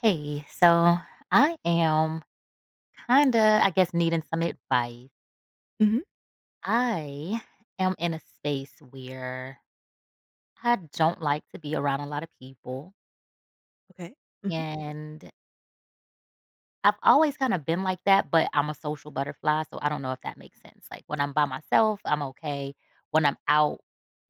Hey, so I am kind of, I guess, needing some advice. Mhm. I am in a space where I don't like to be around a lot of people. Okay. Mhm. And I've always kinda been like that, but I'm a social butterfly, so I don't know if that makes sense. Like, when I'm by myself, I'm okay. When I'm out,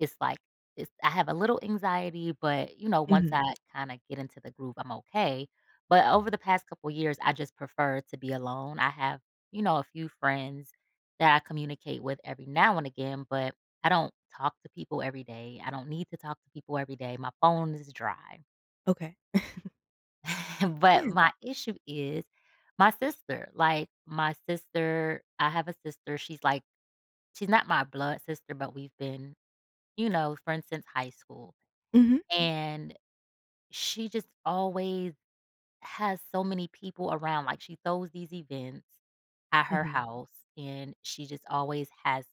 it's like it's I have a little anxiety, but, you know, once Mhm. I kinda get into the groove, I'm okay. But over the past couple years, I just prefer to be alone. I have, you know, a few friends that I communicate with every now and again, but I don't talk to people every day. I don't need to talk to people every day. My phone is dry. Okay. But Yeah. my issue is my sister. Like my sister, I have a sister. She's not my blood sister, but we've been, you know, friends since high school. Mhm. And she just always has so many people around. Like she throws these events at her Mhm. house, and she just always has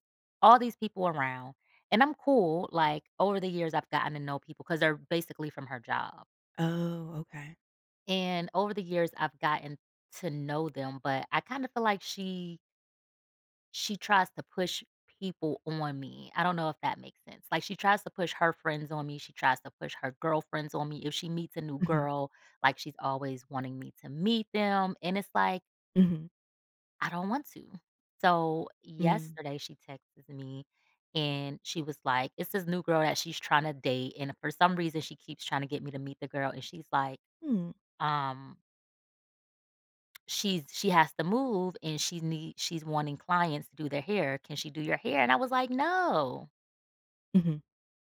all these people around. And I'm cool. Like over the years I've gotten to know people because they're basically from her job. Oh, okay. And over the years, I've gotten to know them, but I kind of feel like she tries to push people on me. I don't know if that makes sense. Like she tries to push her friends on me. She tries to push her girlfriends on me. If she meets a new Mhm. girl, like she's always wanting me to meet them. And it's like, Mhm. I don't want to. So Mm. yesterday she texted me and she was like, it's this new girl that she's trying to date. And for some reason she keeps trying to get me to meet the girl. And she's like, Hmm. um, She's she has to move and she's wanting clients to do their hair. "Can she do your hair?" And I was like, "No." Mhm.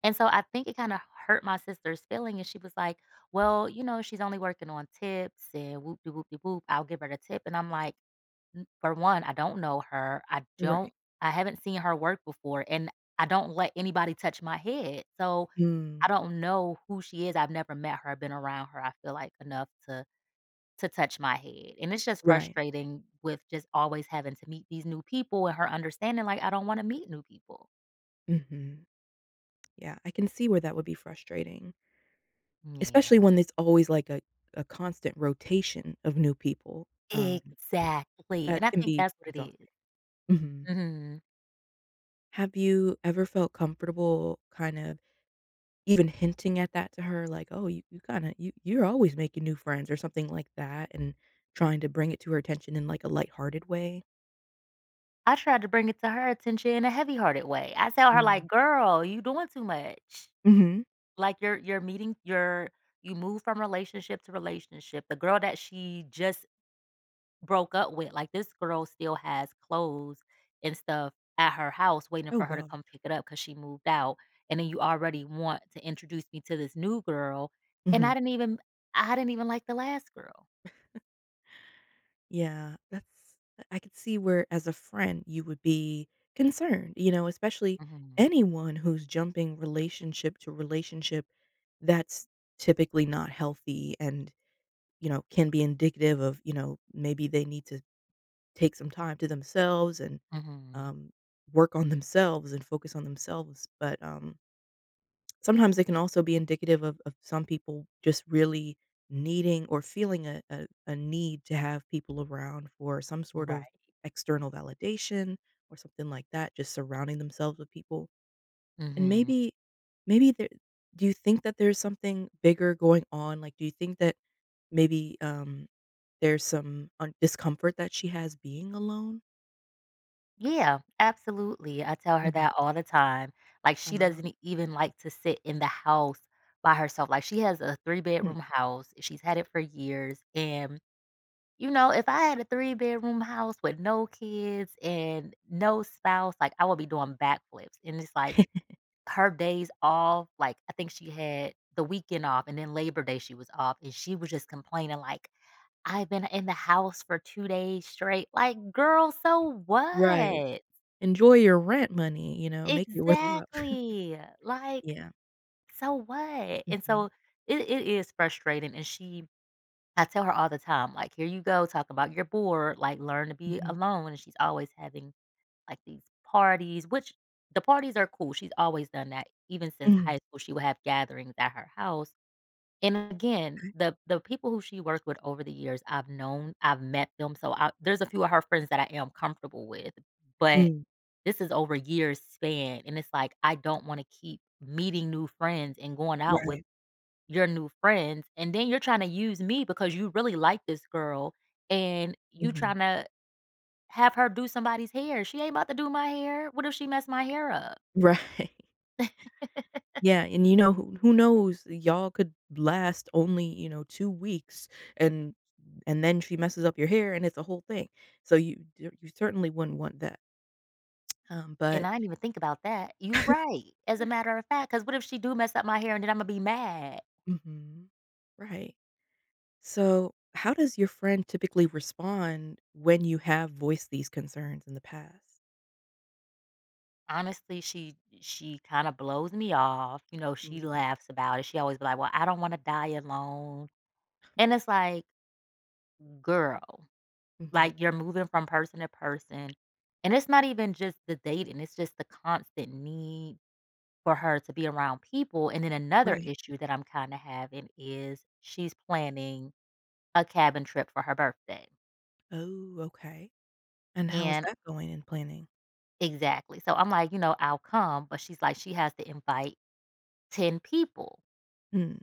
And so I think it kinda hurt my sister's feeling, and she was like, "Well, you know, she's only working on tips and whoop de whoop de whoop. I'll give her the tip." And I'm like, "N for one, I don't know her. Right. I haven't seen her work before, and I don't let anybody touch my head. So Mm. I don't know who she is. I've never met her, been around her, I feel like, enough to touch my head, and it's just Right. frustrating with just always having to meet these new people and her understanding, like, I don't wanna meet new people. Mhm. Yeah, I can see where that would be frustrating, especially Yeah. when there's always, like, a constant rotation of new people. Um, Exactly, that and I can think be that's what it is. exhausting. Mhm. Mhm. Have you ever felt comfortable even hinting at that to her, like, "Oh, you kinda you're always making new friends," or something like that, and trying to bring it to her attention in, like, a lighthearted way. I tried to bring it to her attention in a heavy-hearted way. I tell her, like, Mm. "Girl, you doing too much. Mhm. Like, you're meeting your you move from relationship to relationship." The girl that she just broke up with, like, this girl still has clothes and stuff at her house waiting Oh, for her to god. come pick it up because she moved out, and then you already want to introduce me to this new girl, and Mhm. I didn't even like the last girl. Yeah, that's I could see where, as a friend, you would be concerned, you know, especially Mhm, anyone who's jumping relationship to relationship, that's typically not healthy and, you know, can be indicative of, you know, maybe they need to take some time to themselves and mhm, um, work on themselves and focus on themselves. But sometimes it can also be indicative of some people just really needing or feeling a need to have people around for some sort of right, external validation or something like that, just surrounding themselves with people. And mhm. maybe, do you think that there's something bigger going on? Like, do you think that maybe there's some discomfort that she has being alone? Yeah, absolutely, I tell her Mm-hmm. that all the time, like, she Uh, doesn't even like to sit in the house by herself, like, she has a mm, three-bedroom house, she's had it for years, and you know, if I had a 3-bedroom house with no kids and no spouse, like, I would be doing backflips, and it's like her days off, like, I think she had the weekend off, and then Labor Day she was off, and she was just complaining like, "I've been in the house for 2 days straight." Like, "Girl, so right. what?" Enjoy your rent money, make it worthwhile. Exactly. Like, Yeah. "So what?" And Mhm. so it is frustrating, and she I tell her all the time, like, "Here you go, talk about you're bored, like, learn to be Mhm. alone," and she's always having, like, these parties, which the parties are cool, she's always done that. Even since high Mhm. school, she would have gatherings at her house, and again, Okay. the people who she worked with over the years, I've known, I've met them, so I there's a few of her friends that I am comfortable with, but Mm, this is over years span, and it's like, I don't wanna keep meeting new friends and going out with right. your new friends, and then you're trying to use me because you really like this girl, and you Mhm. trying to have her do somebody's hair. She ain't about to do my hair. What if she messed my hair up? Right. Yeah, and who knows, y'all could last only, 2 weeks and and then she messes up your hair and it's a whole thing. So you certainly wouldn't want that. And But I didn't even think about that. You right. As a matter of fact, because what if she do mess up my hair and then Imma be mad? Mhm. Right. So, how does your friend typically respond when you have voiced these concerns in the past? Honestly, she kinda blows me off. You know, she Mhm. laughs about it. She always be like, "Well, I don't wanna die alone." And it's like, girl. Mhm. Like, you're moving from person to person, and it's not even just the dating, it's just the constant need for her to be around people, and then another Right. issue that I'm kinda having is she's planning a cabin trip for her birthday, Oh, okay. And how's and that going in planning? exactly, so I'm like, you know, "I'll come," but she's like, she has to invite 10 people. Mm,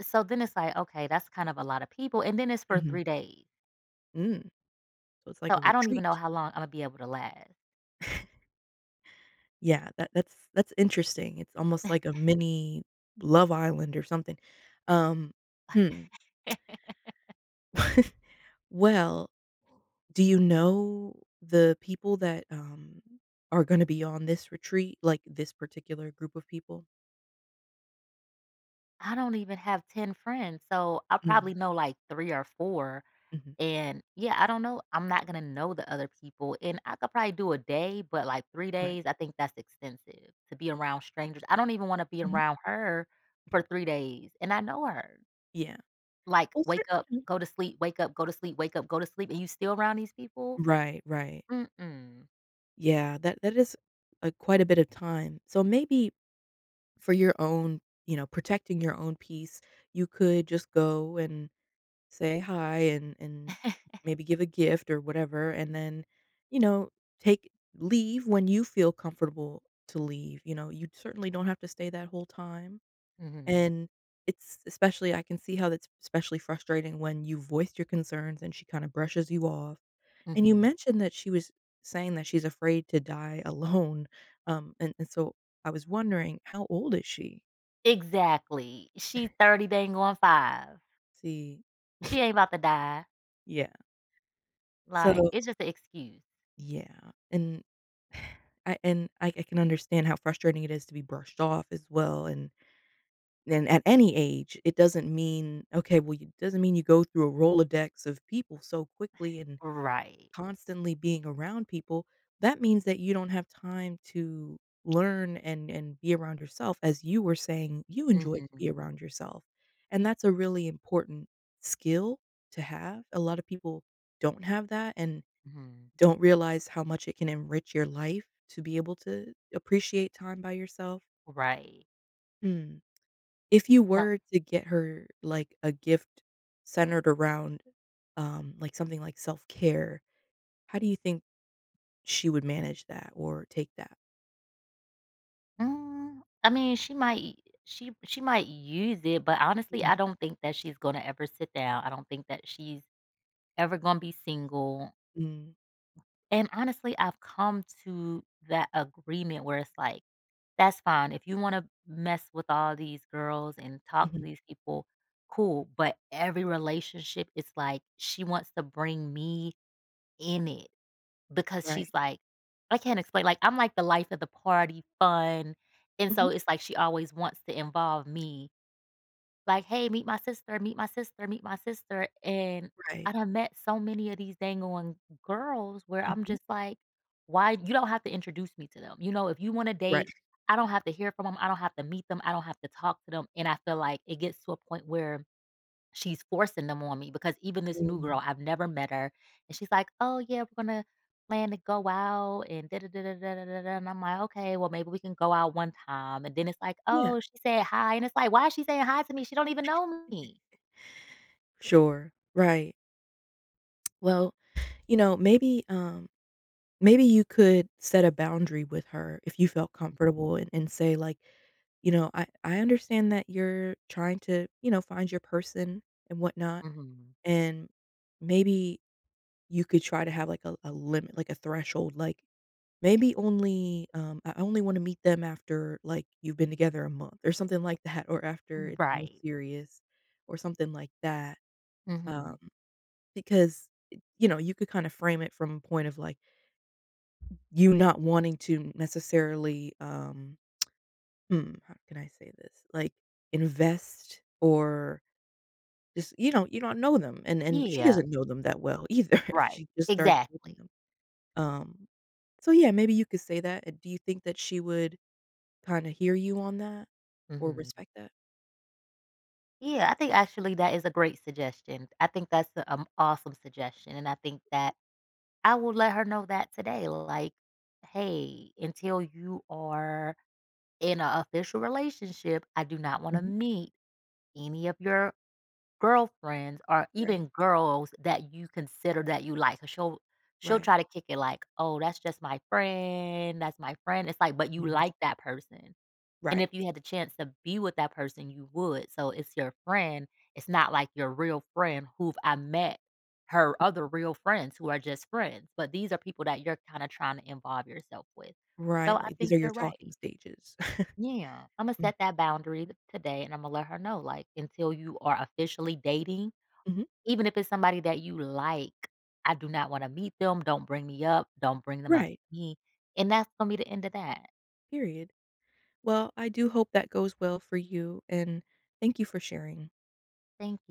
So then it's like, okay, that's kind of a lot of people, and then it's hmm. for Mhm. 3 days. Mm. So it's like So a I don't even know retreat. how long Imma be able to last. Yeah, that's interesting. It's almost like a mini Love Island or something. Um, hmm. Well, do you know the people that, are gonna be on this retreat, like, this particular group of people? I don't even have 10 friends, so I Mm. probably know, like, 3 or 4, Mhm. and, yeah, I don't know I'm not gonna know the other people, and I could probably do a day, but, like, 3 Right. days, I think that's extensive to be around strangers. I don't even wanna be Mhm. around her for 3 days, and I know her. Yeah. Like, Well, wake up, certainly. Mhm. go to sleep, wake up, go to sleep, wake up, go to sleep, and you still around these people? Right, right. Mm-mm. Yeah, that is, a quite a bit of time. So maybe for your own you know, protecting your own peace, you could just go and say hi and maybe give a gift or whatever, and then, you know, take leave when you feel comfortable to leave, you know? You certainly don't have to stay that whole time, Mhm, and it's especially I can see how that's especially frustrating when you voiced your concerns and she kinda brushes you off. And you mhm. mentioned that she was saying that she's afraid to die alone, and so I was wondering, how old is she? Exactly. She's 30 dang on 5. See, She ain't about to die. yeah. So Like, it's just an excuse. yeah, and I and I I can understand how frustrating it is to be brushed off as well, and at any age, it doesn't mean okay, well, it doesn't mean you go through a Rolodex of people so quickly and Right. constantly being around people. That means that you don't have time to learn and be around yourself, as you were saying you enjoy to be Mhm, around yourself. And that's a really important skill to have. A lot of people don't have that and mhm. don't realize how much it can enrich your life to be able to appreciate time by yourself. Right. Hmm. If you So, were to get her like a gift centered around like something like self-care, how do you think she would manage that or take that? I mean, she might she might use it, but honestly, Mhm. I don't think that she's gonna ever sit down. I don't think that she's ever gonna be single, Mm, and honestly, I've come to that agreement where it's like, "That's fine. If you wanna mess with all these girls and talk to mhm, these people, cool," but every relationship is like, she wants to bring me in it. Because right. she's like I can't explain, like, I'm like the life of the party, fun, and Mhm, so it's like she always wants to involve me, like, "Hey, meet my sister, meet my sister, meet my sister," and I right. done met so many of these dang on girls where I'm Mhm, just like, "Why you don't have to introduce me to them." You know, if you wanna right. date, I don't have to hear from them, I don't have to meet them, I don't have to talk to them, and I feel like it gets to a point where she's forcing them on me because even this new Mm, girl, I've never met her, and she's like, "Oh, yeah, we're gonna plan to go out and da da da da da da da da," and I'm like, "Okay, well, maybe we can go out one time," and then it's like, yeah, "Oh, she said hi," and it's like, "Why is she saying hi to me? She don't even know me." sure, right. Well, you know, maybe, um, maybe you could set a boundary with her if you felt Mhm, comfortable and say, like, "You know, "I understand that you're trying to, find your person and whatnot," mhm, and maybe you could try to have, like, a limit, like a threshold, like maybe only, I only wanna meet them after, like, you've been together a month or something like that, or after mm, it's more right, serious or something like that, um, mhm, because, you could kinda frame it from a point of, like, you not wanting to necessarily, how can I say this? Like, invest, or just you don't know them, and she yeah, doesn't know them that well either, if right, she just started dating exactly, them. um, so, yeah, maybe you could say that, and do you think that she would kinda hear you on that or mhm. respect that? Yeah, I think actually that is a great suggestion. I think that's an awesome suggestion, and I think that Okay. I will let her know that today, like, "Hey, until you are in an official relationship, I do not wanna Mhm. meet any of your girlfriends or Right, even girls that you consider that you like." 'Cause she'll right. try to kick it like, "Oh, that's just my friend, that's my friend." It's like, but you Mm. like that person. And Right, if you had the chance to be with that person, you would. So it's your friend. It's not like your real friend who I met her other real friends who are just friends, but these are people that you're kinda trying to involve yourself with. So right, I like, these think are your you're talking right. stages. Yeah. Imma Mm. set that boundary th today, and Imma let her know, like, until you are officially dating, Mhm. even if it's somebody that you like, I do not wanna meet them. Don't bring me up. Don't bring them up Right, to me. And that's gonna be the end of that. period. Well, I do hope that goes well for you, and thank you for sharing. Thank you.